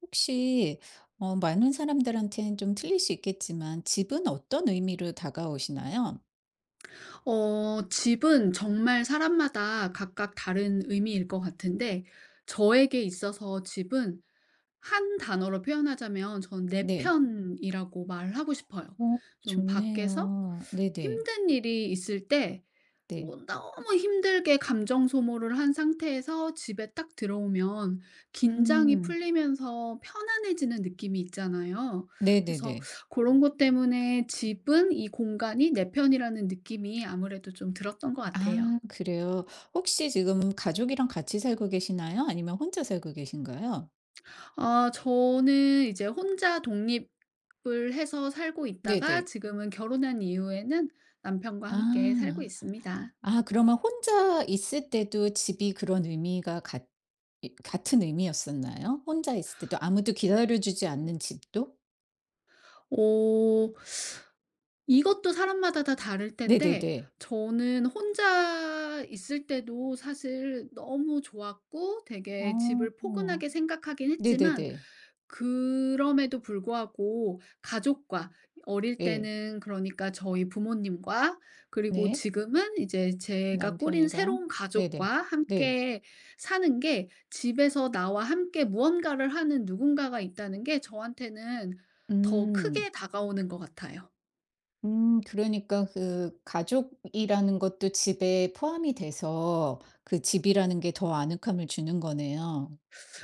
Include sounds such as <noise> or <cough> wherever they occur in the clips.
혹시 많은 사람들한테는 좀 틀릴 수 있겠지만 집은 어떤 의미로 다가오시나요? 집은 정말 사람마다 각각 다른 의미일 것 같은데, 저에게 있어서 집은 한 단어로 표현하자면 전 내 네. 편이라고 말하고 싶어요. 어 좀 좋네요. 밖에서 네네. 힘든 일이 있을 때, 네. 뭐 너무 힘들게 감정 소모를 한 상태에서 집에 딱 들어오면 긴장이 음. 풀리면서 편안해지는 느낌이 있잖아요. 그래서 네네네. 그런 것 때문에 집은 이 공간이 내 편이라는 느낌이 아무래도 좀 들었던 것 같아요. 아 그래요? 혹시 지금 가족이랑 같이 살고 계시나요? 아니면 혼자 살고 계신가요? 아, 저는 이제 혼자 독립을 해서 살고 있다가 네네. 지금은 결혼한 이후에는 남편과 함께 살고 아. 있습니다. 아 그러면 혼자 있을 때도 집이 그런 의미가 같 이 같은 의미였었나요? 혼자 있을 때도 아무도 기다려 주지 않는 집도? 어 이것도 사람마다 다 다를 텐데, 네네네. 저는 혼자 있을 때도 사실 너무 좋았고 되게 어. 집을 포근하게 생각하긴 했지만, 네네네. 그럼에도 불구하고 가족과, 어릴 예. 때는 그러니까 저희 부모님과, 그리고 네. 지금은 이제 제가 꾸린 남편이랑. 새로운 네네. 가족과 네. 함께 사는 게, 집에서 나와 함께 무언가를 하는 누군가가 있다는 게 저한테는 더 음. 크게 다가오는 것 같아요. 그러니까 그 가족이라는 것도 집에 포함이 돼서 그 집이라는 게 더 아늑함을 주는 거네요.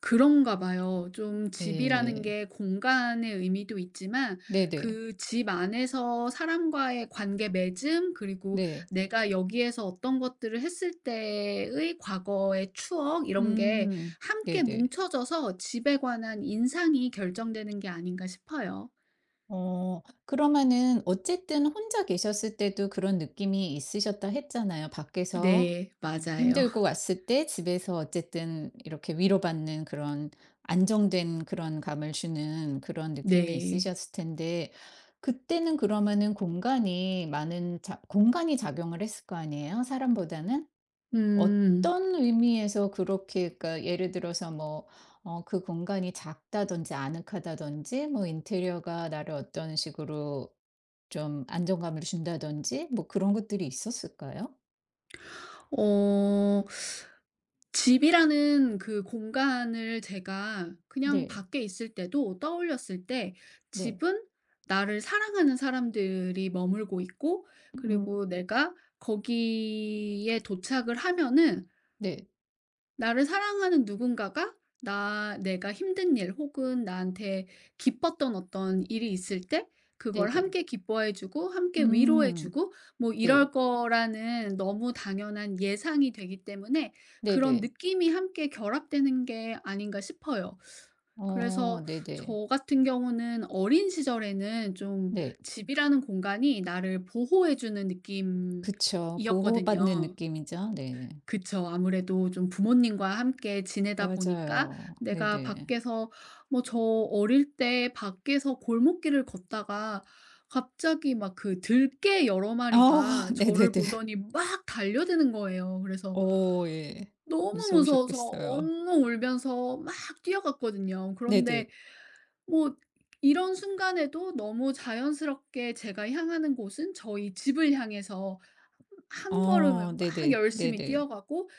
그런가 봐요. 좀 집이라는 예. 게 공간의 의미도 있지만 네네. 그 집 안에서 사람과의 관계 맺음, 그리고 네. 내가 여기에서 어떤 것들을 했을 때의 과거의 추억, 이런 게 음. 함께 네네. 뭉쳐져서 집에 관한 인상이 결정되는 게 아닌가 싶어요. 그러면은 어쨌든 혼자 계셨을 때도 그런 느낌이 있으셨다 했잖아요, 밖에서. 네. 맞아요. 힘들고 <laughs> 왔을 때 집에서 어쨌든 이렇게 위로받는 그런 안정된 그런 감을 주는 그런 느낌이 네. 있으셨을 텐데 그때는 그러면은 공간이 작용을 했을 거 아니에요? 사람보다는? 음. 어떤 의미에서 그렇게 그러니까 예를 들어서 뭐 그 공간이 작다든지 아늑하다든지 뭐 인테리어가 나를 어떤 식으로 좀 안정감을 준다든지 뭐 그런 것들이 있었을까요? 어 집이라는 그 공간을 제가 그냥 네. 밖에 있을 때도 떠올렸을 때, 네. 집은 나를 사랑하는 사람들이 머물고 있고, 음. 그리고 내가 거기에 도착을 하면은 네. 나를 사랑하는 누군가가, 나 내가 힘든 일 혹은 나한테 기뻤던 어떤 일이 있을 때 그걸 네네. 함께 기뻐해 주고 함께 위로해 음. 주고, 뭐 네. 이럴 거라는 너무 당연한 예상이 되기 때문에, 그런 네네. 느낌이 함께 결합되는 게 아닌가 싶어요. 어 그래서 네네. 저 같은 경우는 어린 시절에는 좀 네. 집이라는 공간이 나를 보호해 주는 그쵸. 보호받는 느낌이었거든요. 느낌이죠. 네. 그쵸. 아무래도 좀 부모님과 함께 지내다 보니까, 맞아요. 내가 네네. 밖에서, 뭐 저 어릴 때 밖에서 골목길을 걷다가 갑자기 막 그 들개 여러 어 마리가 <laughs> 저를 네네네. 보더니 막 달려드는 거예요. 그래서 어 예. 너무 무서워서 무서우셨겠어요. 엉엉 울면서 막 뛰어갔거든요. 네네. 그런데 뭐 이런 순간에도 너무 자연스럽게 제가 향하는 곳은 저희 집을 향해서 한 걸음을 어 막 네네. 열심히 네네. 뛰어가고,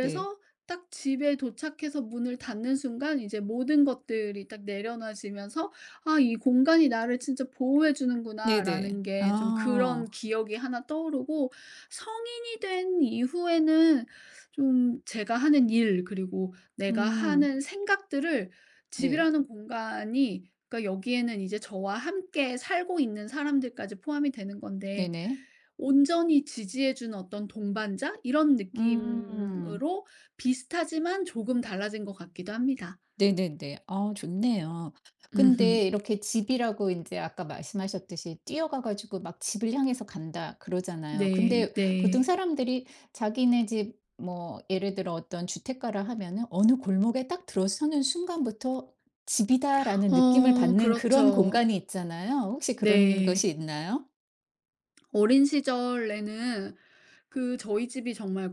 네. 딱 집에 도착해서 문을 닫는 순간 이제 모든 것들이 딱 내려놔지면서 '아, 이 공간이 나를 진짜 보호해 네네. 주는구나.'라는, 게 좀 그런 아. 기억이 하나 떠오르고, 성인이 된 이후에는 좀 제가 하는 일 그리고 내가 음. 하는 생각들을 네. 집이라는 공간이, 그러니까 여기에는 이제 저와 함께 살고 있는 사람들까지 포함이 되는 건데, 네네. 온전히 지지해 준 어떤 동반자 이런 음. 느낌으로, 비슷하지만 조금 달라진 것 같기도 합니다. 네네네. 아 좋네요. 음 근데 이렇게 집이라고 이제 아까 말씀하셨듯이 뛰어가 가지고 막 집을 향해서 간다 그러잖아요. 네 근데 보통 네. 사람들이 자기네 집 뭐 예를 들어 어떤 주택가라 하면은 어느 골목에 딱 들어서는 순간부터 '집이다.'라는 느낌을 어, 받는 그런 그렇죠. 공간이 있잖아요. 혹시 그런 것이 네. 있나요? 어린 시절에는 그 저희 집이 정말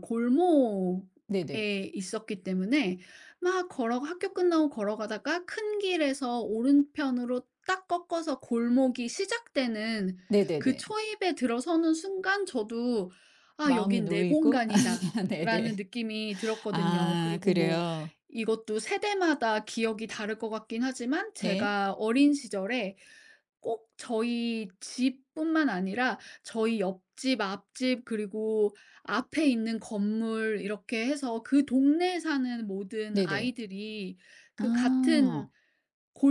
네네. 골목에 있었기 때문에, 막 걸어, 학교 끝나고 걸어가다가 큰 길에서 오른편으로 딱 꺾어서 골목이 시작되는 그 네네네. 초입에 들어서는 순간 저도 '아, 마음이 여긴 내 놓이고 <laughs> 공간이다.'라는 네네. 느낌이 들었거든요. 아 그리고 뭐 그래요? 이것도 세대마다 기억이 다를 것 같긴 하지만, 네. 제가 어린 시절에 꼭 저희 집뿐만 아니라 저희 옆집, 앞집, 그리고 앞에 있는 건물, 이렇게 해서 그 동네에 사는 모든 네네. 아이들이 그 같은 아.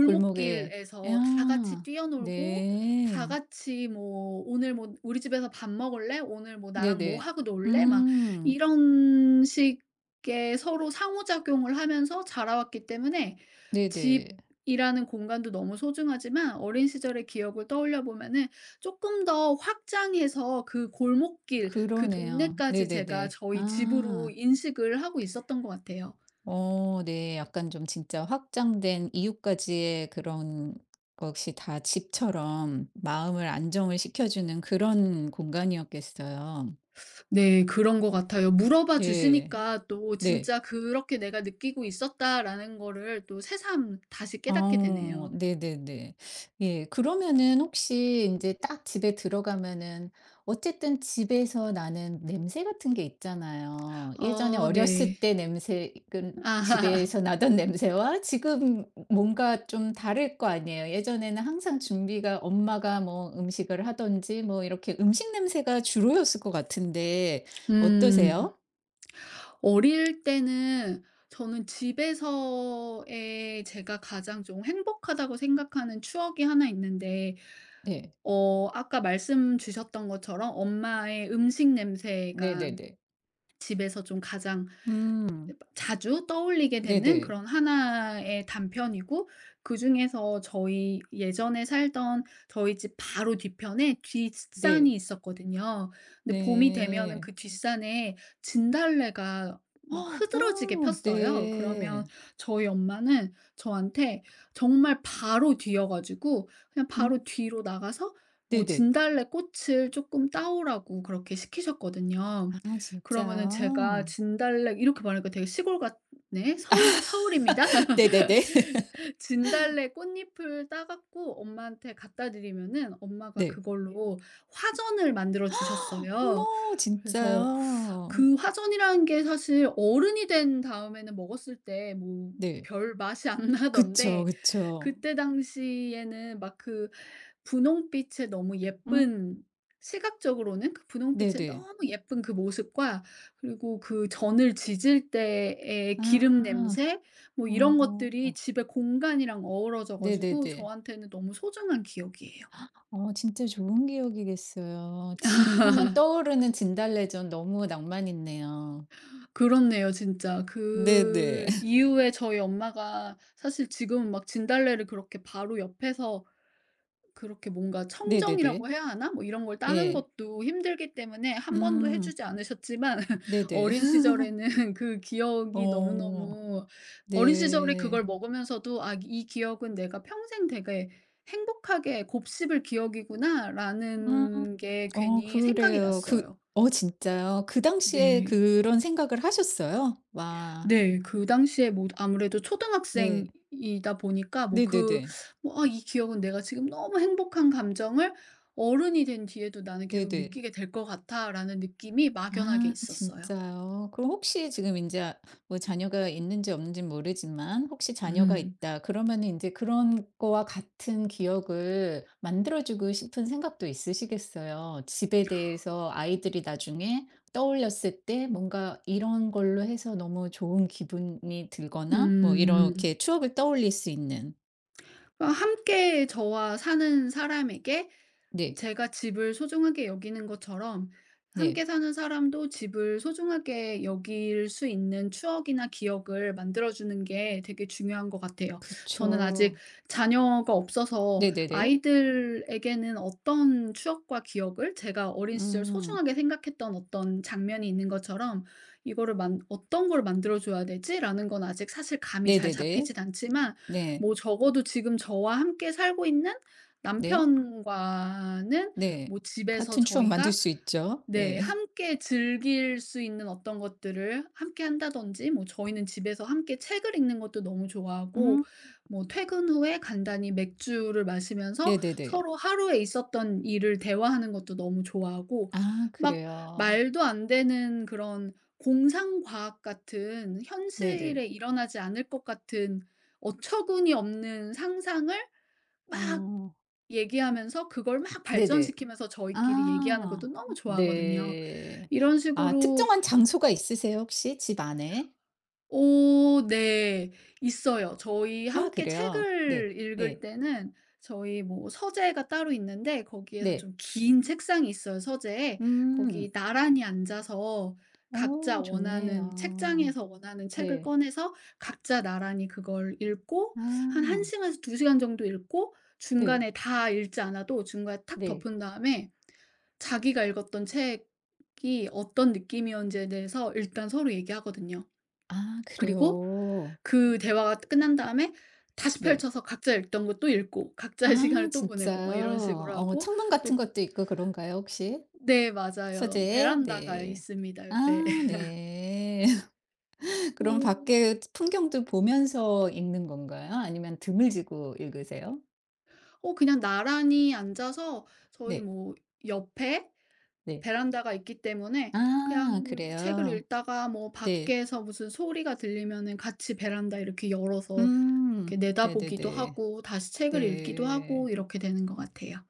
골목에. 다 같이 아 뛰어놀고, 다 네. 같이 뭐 "오늘 뭐 우리 집에서 밥 먹을래? 오늘 뭐 나랑 뭐 네네. 하고 놀래?" 막 음. 이런 식의 서로 상호작용을 하면서 자라왔기 때문에, 네네. 집이라는 공간도 너무 소중하지만 어린 시절의 기억을 떠올려 보면은 쪼끔 더 확장해서 그 골목길, 그 그러네요. 동네까지 제가 네네네. 저희 집으로 아. 인식을 하고 있었던 것 같아요. 어 네. 약간 좀 진짜 확장된 이유까지의 그런 것이 다 집처럼 마음을 안정을 시켜 주는 그런 공간이었겠어요. 네. 그런 것 같아요. 물어봐 네. 주시니까 또 네. 진짜 '그렇게 내가 느끼고 있었다.'라는 거를 또 새삼 다시 깨닫게 어 되네요. 네네네. 예. 그러면은 혹시 이제 딱 집에 들어가면은 어쨌든 집에서 나는 냄새 같은 게 있잖아요. 예전에 어, 네. 어렸을 때 냄새 그 아, <laughs> 집에서 나던 <laughs> 냄새와 지금 뭔가 좀 다를 거 아니에요. 예전에는 항상 준비가 엄마가 뭐 음식을 하든지 뭐 이렇게 음식 냄새가 주로였을 것 같은데 음. 어떠세요? 어릴 때는, 저는 집에서의 제가 가장 좀 행복하다고 생각하는 추억이 하나 있는데, 네. 아까 말씀 주셨던 것처럼 엄마의 음식 냄새가 네네네. 집에서 좀 가장 음. 자주 떠올리게 되는 네네. 그런 하나의 단편이고, 그중에서 저희 예전에 살던 저희 집 바로 뒤편에 뒷산이 네. 있었거든요. 근데 봄이 되면은 네. 그 뒷산에 진달래가 어 막 흐드러지게 어, 폈어요. 그러면 네. 저희 엄마는 저한테, 정말 바로 뒤여 가지고 그냥 음 바로 뒤로 나가서 뭐 네네. 진달래 꽃을 조금 따오라고 그렇게 시키셨거든요. 아 그러면은 제가 진짜요? 진달래 이렇게 말하니까 되게 시골 같네. 서울, 서울입니다. <laughs> <laughs> 네네네. <laughs> 진달래 꽃잎을 따 갖고 엄마한테 갖다 드리면은 엄마가 네. 그걸로 화전을 만들어 주셨어요. 어머 그래서 진짜요? 그 화전이라는 게 사실 어른이 된 다음에는 먹었을 때 뭐 네. 별 맛이 안 <laughs> 그쵸, 나던데, 그쵸. 그때 당시에는 막 그 분홍빛에 너무 음 예쁜, 시각적으로는 그 분홍빛에 네네. 너무 예쁜 그 모습과, 그리고 그 전을 지질 때의 아 기름 냄새, 뭐 이런 것들이 어 집의 공간이랑 어우러져 가지고 네네네. 저한테는 너무 소중한 기억이에요. 어 진짜 좋은 기억이겠어요. 집 하면 떠오르는 진달래전 너무 낭만 있네요. 그렇네요 진짜. 네네. 그 <laughs> 이후에 저희 엄마가 사실 지금은 막 진달래를 그렇게 바로 옆에서 그렇게, 뭔가 네네네. 청정이라고 해야 하나? 뭐 이런 걸 따는 예. 것도 힘들기 때문에 한 번도 해 음 주지 않으셨지만, <laughs> 네네. 어린 <laughs> 시절에는 그 기억이 어 너무너무. 어린 시절에 네. 그걸 먹으면서도 '아, 이 기억은 내가 평생 되게 행복하게 곱씹을 음. 기억이구나.'라는 게 괜히 생각이 그래요. 그 났어요. 진짜요? 그 당시에 네. 그런 생각을 하셨어요? 와. 네. 그 당시에 뭐 아무래도 네. 초등학생이다 보니까 뭐 그, 네네네. 뭐 '아, 이 기억은 내가 지금 너무 행복한 감정을 어른이 된 뒤에도 나는 계속 네네. 느끼게 될 것 같아.'라는 느낌이 막연하게 아 있었어요. 진짜요? 그럼 혹시 지금 이제 뭐 자녀가 있는지 없는지 모르지만 혹시 <laughs> 자녀가 음. 있다 그러면은 제 그런 거와 같은 기억을 만들어 주고 싶은 생각도 있으시겠어요. 집에 대해서 아이들이 나중에 떠올렸을 때 뭔가 이런 걸로 해서 너무 좋은 기분이 들거나 뭐 음. 이렇게 추억을 떠올릴 수 있는. 함께 저와 사는 사람에게 네. 제가 집을 소중하게 여기는 것처럼 네. 함께 사는 사람도 집을 소중하게 여길 수 있는 추억이나 기억을 만들어 주는 게 되게 중요한 것 같아요. 저는 아직 그쵸. 자녀가 없어서 네네네. 아이들에게는 어떤 추억과 기억을, 제가 어린 시절 음. 소중하게 생각했던 어떤 장면이 있는 것처럼 '이거를 만, 어떤 걸 만들어 줘야 되지?'라는 건 아직 사실 감이 잘 네네네. 잡히진 않지만, 네. 뭐 적어도 지금 저와 함께 살고 있는 네. 남편과는, 네. 뭐 집에서 같은 추억 만들 저희가, 수 있죠. 네, 네. 함께 즐길 수 있는 어떤 것들을 함께 한다든지, 뭐 저희는 집에서 함께 책을 읽는 것도 너무 좋아하고, 음. 뭐 퇴근 후에 간단히 맥주를 마시면서 네네네. 서로 하루에 있었던 일을 대화하는 것도 너무 좋아하고, 아 막 그래요. 말도 안 되는 그런, 공상과학 같은 네네. 현실에 일어나지 않을 것 같은 어처구니 없는 상상을 어 얘기하면서 그걸 막 네네. 발전시키면서 저희끼리 얘기하는 것도 아 너무 좋아하거든요. 네. 이런 아 식으로. 특정한 장소가 있으세요 혹시 집 안에? 오, 네. 있어요. 저희 아 함께 그래요? 네. 책을 읽을 네. 때는 저희, 뭐 서재가 따로 있는데 거기에서, 네. 좀 긴 책상이 있어요, 서재에. 거기 음. 나란히 앉아서 각자 원하는 좋네요. 책장에서 원하는 책을 네. 꺼내서 각자 나란히 그걸 읽고, 한 1 아 시간에서 2시간 정도 읽고, 네. 중간에 다 읽지 않아도 중간에 탁 네. 덮은 다음에 자기가 읽었던 책이 어떤 느낌이었는지에 대해서 일단 서로 얘기하거든요. 아 그리고 그래요. 그 대화가 끝난 다음에 다시 네. 펼쳐서 각자 읽던 거 또 읽고, <laughs> 각자의 아 시간을 또 보내고 막 진짜요? 이런 식으로 하고. 창문 또 같은 고 것도 있고 그런가요 혹시? 네, 맞아요. 서재에 베란다가 네. 있습니다, 옆에. 아 <laughs> 네. <laughs> 그럼 오, 밖에 풍경도 보면서 읽는 건가요? 아니면 등을 지고 읽으세요? 그냥 나란히 앉아서 저희, 네. 뭐 옆에 네. 베란다가 있기 때문에 아 그냥 책을 그래요? 읽다가 뭐 네. 밖에서 무슨 소리가 들리면은 같이 베란다 이렇게 열어서 음. 이렇게 내다보기도 네네네. 하고 다시 책을 읽기도 하고 네. 이렇게 되는 것 같아요.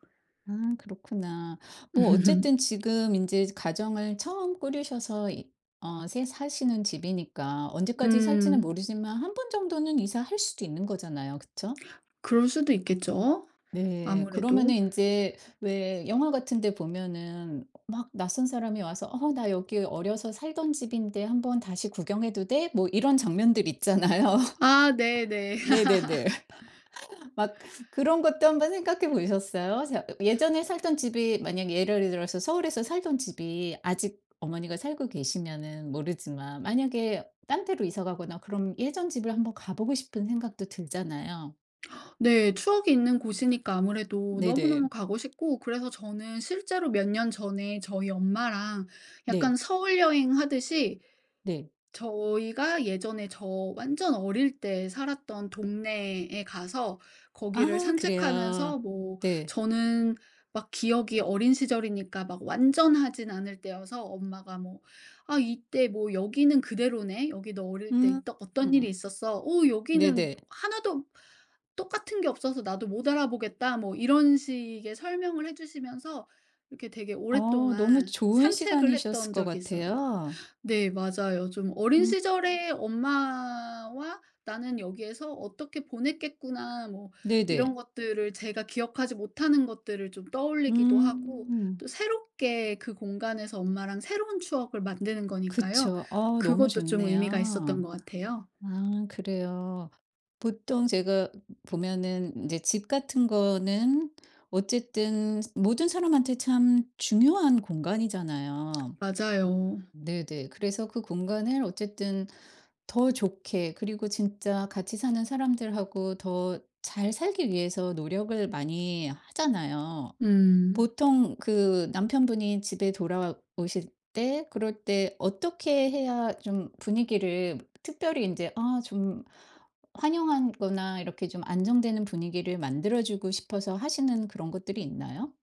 아 그렇구나. 뭐 어쨌든 <laughs> 지금 이제 가정을 처음 꾸리셔서 이 새 사시는 집이니까 언제까지 살지는 음. 모르지만 한 번 정도는 이사할 수도 있는 거잖아요. 그쵸? 그럴 수도 있겠죠. 네. 그러면은 아무래도. 이제 왜 영화 같은 데 보면은 막 낯선 사람이 와서 "어 나 여기 어려서 살던 집인데 한번 다시 구경해도 돼?" 뭐 이런 장면들 있잖아요. <laughs> 아, 네네. <laughs> 네네네. 막 그런 것도 한번 생각해 보셨어요? 자 예전에 살던 집이 만약 예를 들어서 서울에서 살던 집이 아직 어머니가 살고 계시면은 모르지만 만약에 딴 데로 이사 가거나 그럼 예전 집을 한번 가 보고 싶은 생각도 들잖아요. 네. 추억이 있는 곳이니까 아무래도 네네. 너무너무 가고 싶고, 그래서 저는 실제로 몇 년 전에 저희 엄마랑 약간 네. 서울 여행 하듯이 네. 저희가 예전에 저, 완전 어릴 때 살았던 동네에 가서 거기를 아 그래요. 산책하면서, 뭐 네. 저는 막 기억이 어린 시절이니까 막 완전하진 않을 때여서 엄마가 뭐 "아, 이때 뭐 여기는 그대로네. 여기 너 어릴 때 음. 있던 어떤 일이 음. 있었어. 어, 여기는 네네. 하나도 똑같은 게 없어서 나도 못 알아보겠다." 뭐 이런 식의 설명을 해 주시면서 이렇게 되게 너무 오랫동안 좋은 산책을 했던 시간이셨을 것 적이 있어요. 같아요. 네, 맞아요. 좀 어린 음 시절에 엄마와 '나는 여기에서 어떻게 보냈겠구나.' 뭐 이런 네네. 것들을, 제가 기억하지 못하는 것들을 좀 떠올리기도 하고, 음. 또 새롭게 그 공간에서 엄마랑 새로운 추억을 만드는 거니까요. 그쵸. 너무 그것도 좀 의미가 있었던 좋네요. 것 같아요. 아 그래요. 보통 제가 보면은 이제 집 같은 거는 어쨌든 모든 사람한테 참 중요한 공간이잖아요. 맞아요. 네네. 그래서 그 공간을 어쨌든 더 좋게 그리고 진짜 같이 사는 사람들하고 더 잘 살기 위해서 노력을 많이 하잖아요. 음. 보통 그 남편분이 집에 돌아오실 때 그럴 때 어떻게 해야 좀 분위기를 특별히 이제 아 좀 환영한 거나 이렇게 좀 안정되는 분위기를 만들어 주고 싶어서 하시는 그런 것들이 있나요?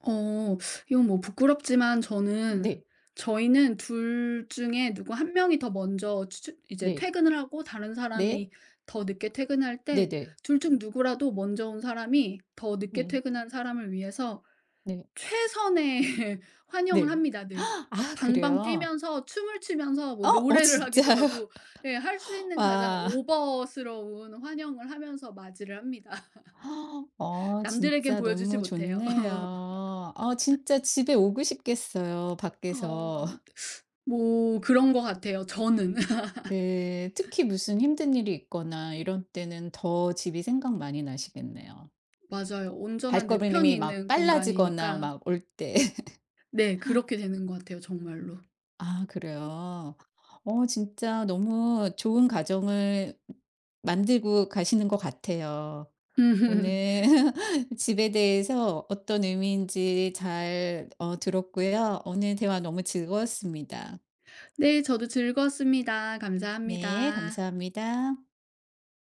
어 이건 뭐 부끄럽지만, 저는, 네. 저희는 둘 중에 누구 한 명이 더 먼저 추 이제 네. 퇴근을 하고 다른 네. 사람이 더 늦게 퇴근할 때, 네네. 둘 중 누구라도 먼저 온 사람이 더 늦게 네. 퇴근한 사람을 위해서 네. 최선의 <laughs> 환영을 네. 합니다, 늘. 막 아 방방 그래요? 뛰면서 춤을 추면서 뭐 어? 어 노래를 하기도 진짜요? 하고, <laughs> 예, 할 수 있는 가장 와. 오버스러운 환영을 하면서 맞이를 합니다. <laughs> 남들에겐 진짜 보여주지 너무 못해요. 좋네요. <laughs> 진짜 집에 오고 싶겠어요 밖에서. 어. 뭐 그런 것 같아요, 저는. <laughs> 네. 특히 무슨 힘든 일이 있거나 이런 때는 더 집이 생각 많이 나시겠네요. 맞아요. 온전한 내 편이 발걸음이 막 있는 빨라지거나 공간이니까. 막 올 때. <laughs> 네, 그렇게 되는 것 같아요 정말로. 아 그래요? 진짜 너무 좋은 가정을 만들고 가시는 것 같아요. 오늘 <laughs> <laughs> 집에 대해서 어떤 의미인지 잘 들었고요. 오늘 대화 너무 즐거웠습니다. 네, 저도 즐거웠습니다. 네, 감사합니다. 감사합니다.